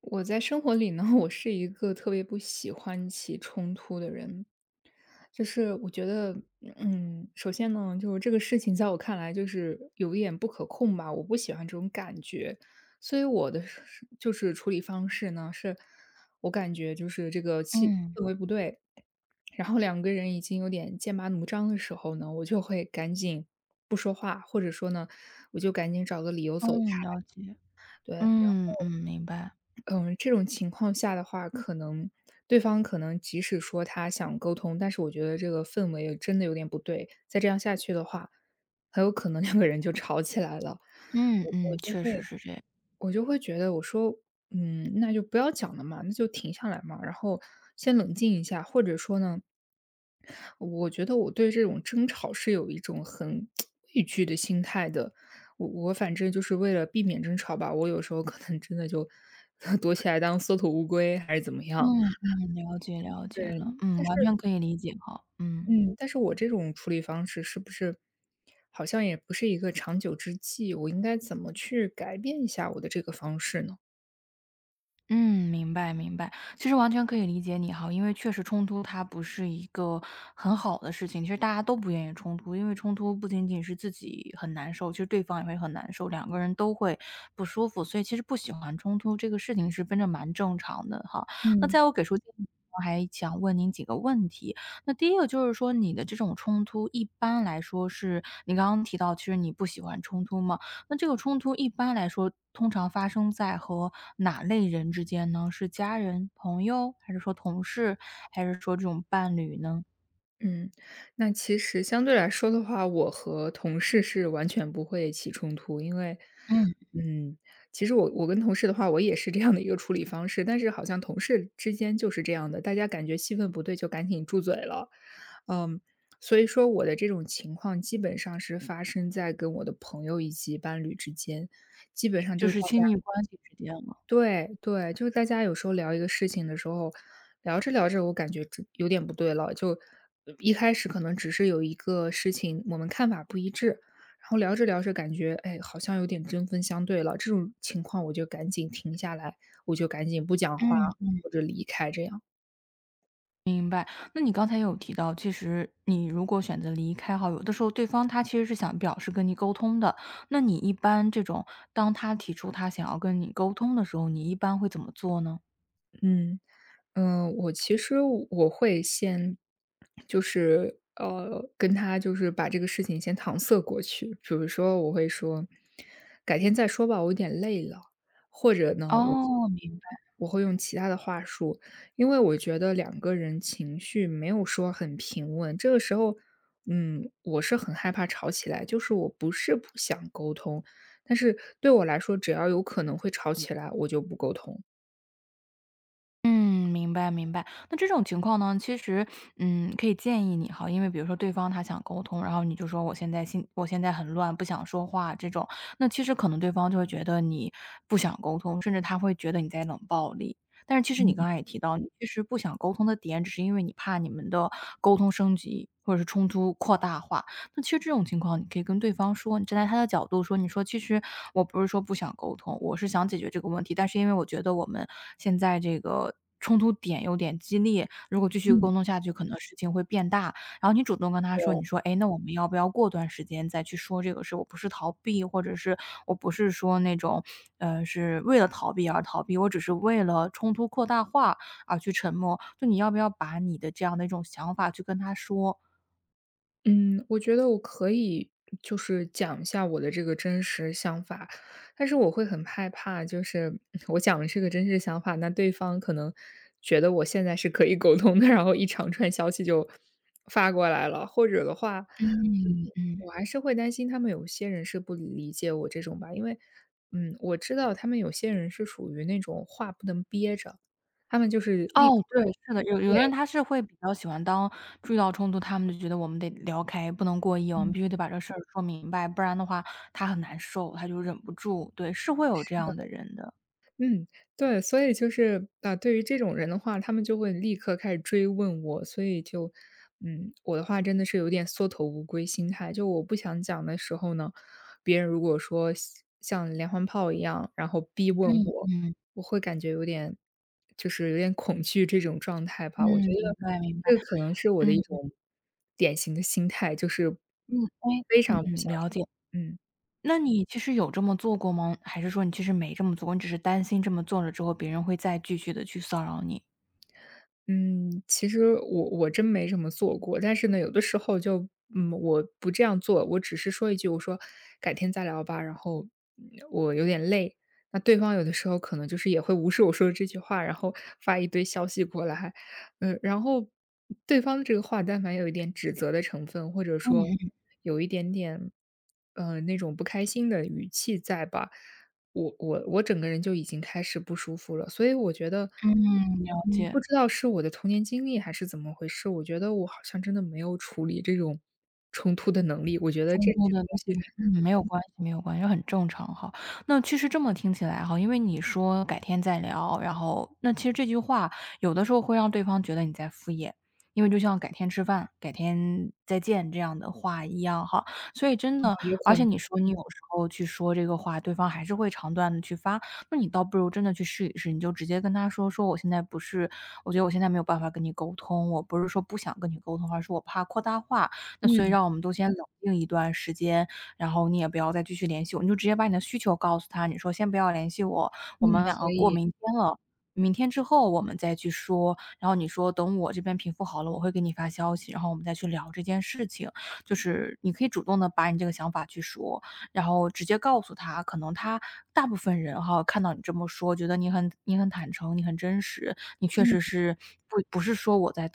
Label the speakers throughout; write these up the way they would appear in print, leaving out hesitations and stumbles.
Speaker 1: 我在生活里呢，我是一个特别不喜欢起冲突的人。就是我觉得，首先呢，就是这个事情在我看来就是有一点不可控吧，我不喜欢这种感觉。所以我的是就是处理方式呢，我感觉就是这个气
Speaker 2: 嗯，
Speaker 1: 氛围不对，然后两个人已经有点剑拔弩张的时候呢，我就会赶紧不说话，或者说呢，我就赶紧找个理由走
Speaker 2: 嗯，
Speaker 1: 开。
Speaker 2: 了解。
Speaker 1: 对。
Speaker 2: 嗯，嗯，明白。
Speaker 1: 嗯，这种情况下的话，可能对方可能即使说他想沟通，但是我觉得这个氛围真的有点不对，再这样下去的话，很有可能两个人就吵起来了。
Speaker 2: 嗯，嗯，确实是这样。
Speaker 1: 我就会觉得，我说，那就不要讲了嘛，那就停下来嘛，然后先冷静一下，或者说呢，我觉得我对这种争吵是有一种很 畏惧的心态的。我反正就是为了避免争吵吧，我有时候可能真的就 躲起来当缩头乌龟，还是怎么
Speaker 2: 嗯，
Speaker 1: 样。
Speaker 2: 嗯，了解了解
Speaker 1: 对。
Speaker 2: 了。嗯，
Speaker 1: 但是
Speaker 2: 完全可以理解哈，嗯。
Speaker 1: 嗯，但是我这种处理方式是不是好像也不是一个长久之计，我应该怎么去改变一下我的这个方式呢？
Speaker 2: 嗯，明白明白，其实完全可以理解你哈，因为确实冲突它不是一个很好的事情，其实大家都不愿意冲突，因为冲突不仅仅是自己很难受，其实对方也会很难受，两个人都会不舒服，所以其实不喜欢冲突这个事情是真的蛮正常的哈。那在我给出建议之前，我还想问您几个问题。那第一个就是说，你的这种冲突一般来说是你刚刚提到，其实你不喜欢冲突吗？那这个冲突一般来说，通常发生在和哪类人之间呢？是家人、朋友，还是说同事，还是说这种伴侣呢？
Speaker 1: 嗯，那其实相对来说的话，我和同事是完全不会起冲突，因为，
Speaker 2: 嗯。
Speaker 1: 嗯，其实我跟同事的话，我也是这样的一个处理方式，但是好像同事之间就是这样的，大家感觉气氛不对就赶紧住嘴了。嗯，所以说我的这种情况基本上是发生在跟我的朋友以及伴侣之间，基本上
Speaker 2: 就
Speaker 1: 就大
Speaker 2: 是亲密
Speaker 1: 家，
Speaker 2: 关系之间了。
Speaker 1: 对对，就是大家有时候聊一个事情的时候，聊着聊着，我感觉这有点不对了。就一开始可能只是有一个事情我们看法不一致，然后聊着聊着，感觉哎，好像有点针锋相对了。这种情况，我就赶紧停下来，我就赶紧不讲话
Speaker 2: 嗯。
Speaker 1: 或者离开，这样。
Speaker 2: 那你刚才有提到，其实你如果选择离开哈，有的时候对方他其实是想表示跟你沟通的，那你一般这种当他提出他想要跟你沟通的时候，你一般会怎么做呢？
Speaker 1: 嗯，我其实我会先就是跟他就是把这个事情先搪塞过去。比如说，我会说改天再说吧，我有点累了。或者呢，我
Speaker 2: 哦，
Speaker 1: 我会用其他的话术，因为我觉得两个人情绪没有说很平稳，这个时候，我是很害怕吵起来，就是我不是不想沟通，但是对我来说，只要有可能会吵起来，我就不沟通。
Speaker 2: 明白明白。那这种情况呢，其实，可以建议你哈，因为比如说对方他想沟通，然后你就说我现在很乱，不想说话这种，那其实可能对方就会觉得你不想沟通，甚至他会觉得你在冷暴力。但是其实你刚才也提到，你其实不想沟通的点，只是因为你怕你们的沟通升级或者是冲突扩大化。那其实这种情况，你可以跟对方说，你站在他的角度说，你说其实我不是说不想沟通，我是想解决这个问题，但是因为我觉得我们现在这个冲突点有点激烈，如果继续
Speaker 1: 嗯。
Speaker 2: 沟通下去，可能事情会变大。然后你主动跟他说，你说，哎，那我们要不要过段时间再去说这个事？我不是逃避，或者是我不是说那种，是为了逃避而逃避，我只是为了冲突扩大化而去沉默。就你要不要把你的这样的一种想法去跟他说？
Speaker 1: 嗯，我觉得我可以就是讲一下我的这个真实想法，但是我会很害怕，就是 我讲的这个真实想法，那对方可能觉得我现在是可以沟通的，然后一长串消息就发过来了，或者的话，
Speaker 2: 嗯嗯。
Speaker 1: 我还是会担心他们有些人是不理解我这种吧。因为我知道他们有些人是属于那种话不能憋着，他们就是立刻。
Speaker 2: 哦，对，是的，有有
Speaker 1: 对。
Speaker 2: 的人他是会比较喜欢当注意到冲突，他们就觉得我们得聊开，不能过夜，我们
Speaker 1: 嗯。
Speaker 2: 必须得把这事儿说明白，不然的话他很难受，他就忍不住。对，是会有这样的人的。
Speaker 1: 嗯，对，所以就是，啊，对于这种人的话，他们就会立刻开始追问我，所以就，我的话真的是有点缩头乌龟心态，就我不想讲的时候呢，别人如果说像连环炮一样，然后逼问我，
Speaker 2: 嗯，
Speaker 1: 我会感觉有点，就是有点恐惧这种状态
Speaker 2: 嗯，
Speaker 1: 吧。我觉
Speaker 2: 明
Speaker 1: 得
Speaker 2: 白明白。
Speaker 1: 这可能是我的一
Speaker 2: 嗯，
Speaker 1: 种典型的心态，就是
Speaker 2: 嗯，
Speaker 1: 嗯
Speaker 2: 哎，
Speaker 1: 非
Speaker 2: 嗯
Speaker 1: 常不
Speaker 2: 嗯，
Speaker 1: 想。
Speaker 2: 了解。
Speaker 1: 嗯。
Speaker 2: 那你其实有这么做过吗？还是说你其实没这么做过，你只是担心这么做了之后别人会再继续的去骚扰你？
Speaker 1: 嗯，其实我真没这么做过，但是呢，有的时候就我不这样做，我只是说一句，我说改天再聊吧，然后我有点累。那对方有的时候可能就是也会无视我说的这句话，然后发一堆消息过来。然后对方的这个话，但凡有一点指责的成分，或者说
Speaker 2: 嗯
Speaker 1: 有一点点，那种不开心的语气在吧，我整个人就已经开始不舒服了。所以我觉得，
Speaker 2: 嗯，了解。
Speaker 1: 不知道是我的童年经历还是怎么回事。我觉得我好像真的没有处理这种冲突的能力，我觉得
Speaker 2: 冲
Speaker 1: 这
Speaker 2: 突
Speaker 1: 这
Speaker 2: 的
Speaker 1: 个
Speaker 2: 能
Speaker 1: 东西，
Speaker 2: 力，
Speaker 1: 啊，
Speaker 2: 嗯，没有关系没有关系，很正常哈。那其实这么听起来哈，因为你说改天再聊，然后那其实这句话有的时候会让对方觉得你在敷衍，因为就像改天吃饭、改天再见这样的话一样哈。所以真的
Speaker 1: 有可
Speaker 2: 而
Speaker 1: 能。
Speaker 2: 且你说你有时候去说这个话，对方还是会长段的去发，那你倒不如真的去试一试，你就直接跟他说说：我觉得我现在没有办法跟你沟通，我不是说不想跟你沟通，而是我怕扩大化，那所以
Speaker 1: 嗯，
Speaker 2: 让我们都先冷静一段时间，然后你也不要再继续联系我，你就直接把你的需求告诉他，你说先不要联系我，
Speaker 1: 嗯。
Speaker 2: 我们两
Speaker 1: 可
Speaker 2: 个过
Speaker 1: 以。
Speaker 2: 明天了，明天之后我们再去说。然后你说等我这边平复好了，我会给你发消息，然后我们再去聊这件事情。就是你可以主动的把你这个想法去说，然后直接告诉他，可能大部分人哈看到你这么说，觉得你很坦诚，你很真实，你确
Speaker 1: 嗯，了
Speaker 2: 实是不是说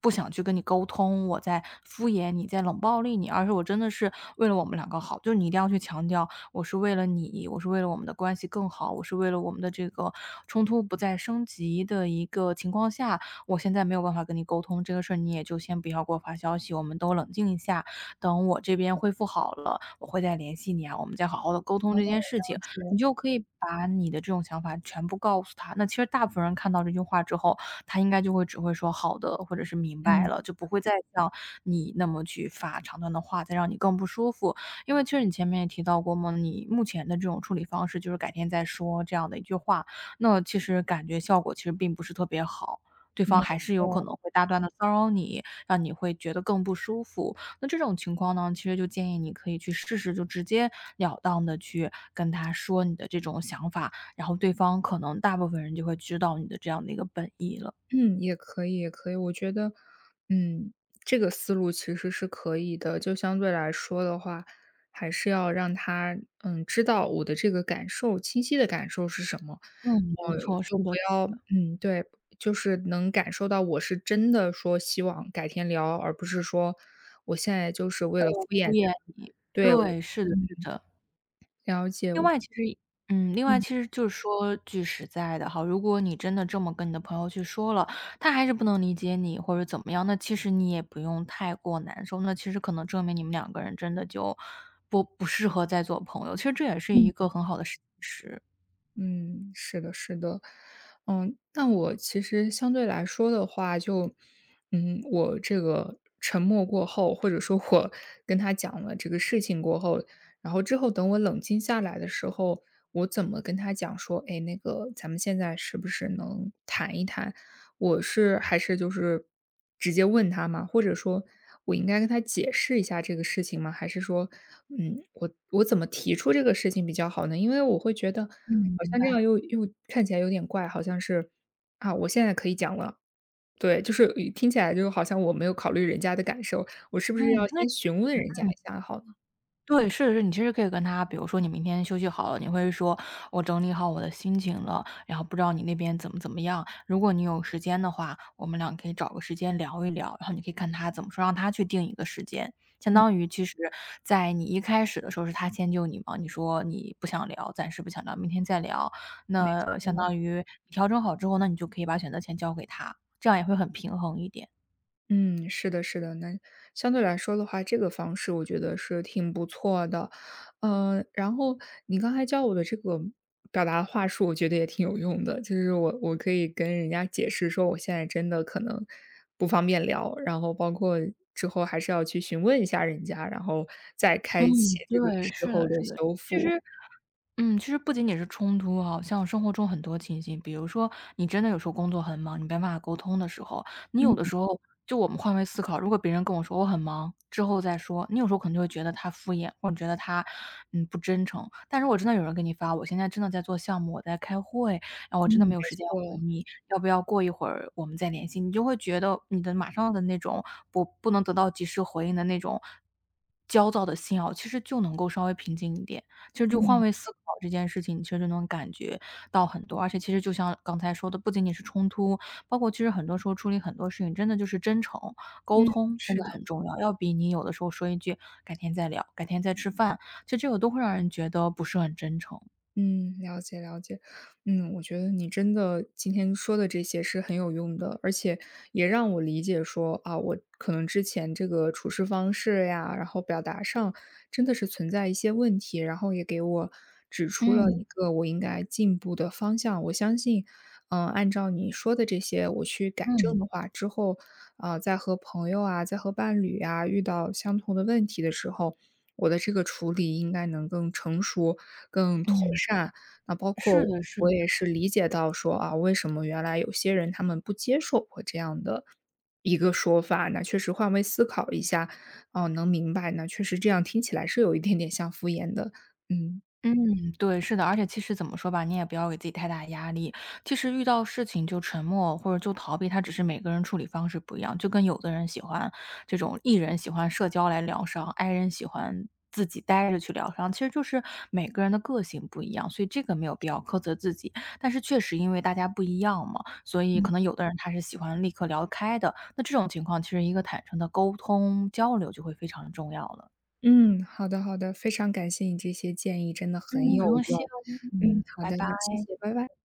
Speaker 2: 不想去跟你沟通，我在敷衍你，在冷暴力你，而是我真的是为了我们两个好，就是你一定要去强调，我是为了你，我是为了我们的关系更好，我是为了我们的这个冲突不再升级的一个情况下，我现在没有办法跟你沟通这个事儿，你也就先不要给我发消息，我们都冷静一下，等我这边恢复好了，我会再联系你啊，我们再好好的沟通这件事情。
Speaker 1: 解。
Speaker 2: 你就可以把你的这种想法全部告诉他。那其实大部分人看到这句话之后，他应该只会说好的，或者是明白了，
Speaker 1: 嗯，
Speaker 2: 就不会再像你那么去发长段的话，再让你更不舒服。因为其实你前面也提到过嘛，你目前的这种处理方式就是改天再说这样的一句话，那其实感觉效果其实并不是特别好。对
Speaker 1: 嗯，
Speaker 2: 方
Speaker 1: 没
Speaker 2: 还是有
Speaker 1: 错。
Speaker 2: 可能会大段的骚扰你，让你会觉得更不舒服。那这种情况呢，其实就建议你可以去试试，就直截了当的去跟他说你的这种想法，然后对方可能大部分人就会知道你的这样的一个本意了。
Speaker 1: 嗯，也可以，也可以。我觉得，嗯，这个思路其实是可以的。就相对来说的话，还是要让他，知道我的这个感受，清晰的感受是什么。
Speaker 2: 嗯，没错，是
Speaker 1: 就不
Speaker 2: 的，
Speaker 1: 要对，就是能感受到我是真的说希望改天聊，而不是说我现在就是为了敷衍
Speaker 2: 敷
Speaker 1: 他。
Speaker 2: 衍你。
Speaker 1: 对，
Speaker 2: 对，是的是
Speaker 1: 嗯，
Speaker 2: 的。
Speaker 1: 了解，
Speaker 2: 另外其实另外
Speaker 1: 嗯，
Speaker 2: 其实就是说句实在的哈，如果你真的这么跟你的朋友去说了，他还是不能理解你或者怎么样，那其实你也不用太过难受，那其实可能证明你们两个人真的就不适合再做朋友，其实这也是一
Speaker 1: 嗯。
Speaker 2: 个很好的事实。
Speaker 1: 嗯，是的，是的。那我其实相对来说的话，就，我这个沉默过后，或者说我 跟他讲了这个事情过后，然后之后等我冷静下来的时候，我怎么跟他讲说，哎，那个咱们现在是不是能谈一谈？还是就是直接问他吗？或者说我应该跟他解释一下这个事情吗？还是说，我怎么提出这个事情比较好呢？因为我会觉得好
Speaker 2: 嗯，
Speaker 1: 像这样又看起来有点怪，好像是啊，我现在可以讲了。对，就是听起来就好像我没有考虑人家的感受，我是不
Speaker 2: 嗯，
Speaker 1: 是要
Speaker 2: 那
Speaker 1: 先询问人家
Speaker 2: 嗯。
Speaker 1: 一下好呢？
Speaker 2: 对，是的是，你其实可以跟他，比如说你明天休息好了，你会说我整理好我的心情了，然后不知道你那边怎么样。如果你有时间的话，我们俩可以找个时间聊一聊，然后你可以看他怎么说，让他去定一个时间。相
Speaker 1: 嗯。
Speaker 2: 当于其实，在你一开始的时候是他迁就你嘛，你说你不想聊，暂时不想聊，明天再聊。那相当于你调整好之后，那你就可以把选择权交给他，这样也会很平衡一点。
Speaker 1: 嗯，是的，是的。那相对来说的话，这个方式我觉得是挺不错的。然后你刚才教我的这个表达话术，我觉得也挺有用的，就是我可以跟人家解释说，我现在真的可能不方便聊，然后包括之后还是要去询问一下人家，然后再
Speaker 2: 嗯，
Speaker 1: 开启这个
Speaker 2: 对，
Speaker 1: 事
Speaker 2: 是的，
Speaker 1: 后的
Speaker 2: 是的。
Speaker 1: 修复。
Speaker 2: 其实不仅仅是冲突好像生活中很多情形，比如说你真的有时候工作很忙，你没办法沟通的时候，你有的
Speaker 1: 嗯
Speaker 2: 时候就我们换位思考，如果别人跟我说我很忙，之后再说，你有时候可能就会觉得他敷衍，或者觉得他不真诚。但如果真的有人给你发，我现在真的在做项目，我在开会，然后我
Speaker 1: 嗯，
Speaker 2: 真的没
Speaker 1: 没
Speaker 2: 有时间回
Speaker 1: 错。
Speaker 2: 你，要不要过一会儿我们再联系？你就会觉得你的马上的那种不能得到及时回应的那种焦躁的心啊，其实就能够稍微平静一点。其实就换
Speaker 1: 嗯
Speaker 2: 位思考这件事情，其实就能感觉到很多。而且其实就像刚才说的，不仅仅是冲突，包括其实很多时候处理很多事情，真的就是真诚沟
Speaker 1: 嗯，
Speaker 2: 通真
Speaker 1: 是
Speaker 2: 的
Speaker 1: 的。
Speaker 2: 很重要，要比你有的时候说一句“改天再聊，改天再吃饭”，其实这个都会让人觉得不是很真诚。
Speaker 1: 嗯，了解了解。我觉得你真的今天说的这些是很有用的，而且也让我理解说啊，我可能之前这个处事方式呀，然后表达上真的是存在一些问题，然后也给我指出了一
Speaker 2: 嗯，
Speaker 1: 个我应该进步的方向。我相信按照你说的这些我去改正
Speaker 2: 嗯，
Speaker 1: 的话，之后，啊，在和朋友啊，在和伴侣啊，遇到相同的问题的时候，我的这个处理应该能更成熟、更妥
Speaker 2: 嗯，
Speaker 1: 善。那包括
Speaker 2: 是的是
Speaker 1: 我
Speaker 2: 的。
Speaker 1: 也是理解到说，啊，为什么原来有些人他们不接受我这样的一个说法，那确实换位思考一下，哦，能明白，那确实这样听起来是有一点点像敷衍的。嗯。
Speaker 2: 嗯，对，是的，而且其实怎么说吧，你也不要给自己太大压力。其实遇到事情就沉默或者就逃避，它只是每个人处理方式不一样。就跟有的人喜欢这种 E 人喜欢社交来疗伤，I 人喜欢自己待着去疗伤，其实就是每个人的个性不一样，所以这个没有必要苛责自己。但是确实因为大家不一样嘛，所以可能有的人他是喜欢立刻聊开的，那这种情况其实一个坦诚的沟通交流就会非常重要了。
Speaker 1: 嗯，好的好的，非常感谢你这些建议，真的很
Speaker 2: 嗯，
Speaker 1: 有
Speaker 2: 不用
Speaker 1: 用。
Speaker 2: 谢哦。
Speaker 1: 嗯，
Speaker 2: 嗯，
Speaker 1: 好
Speaker 2: 拜
Speaker 1: 的，
Speaker 2: 拜。
Speaker 1: 那谢谢，拜拜。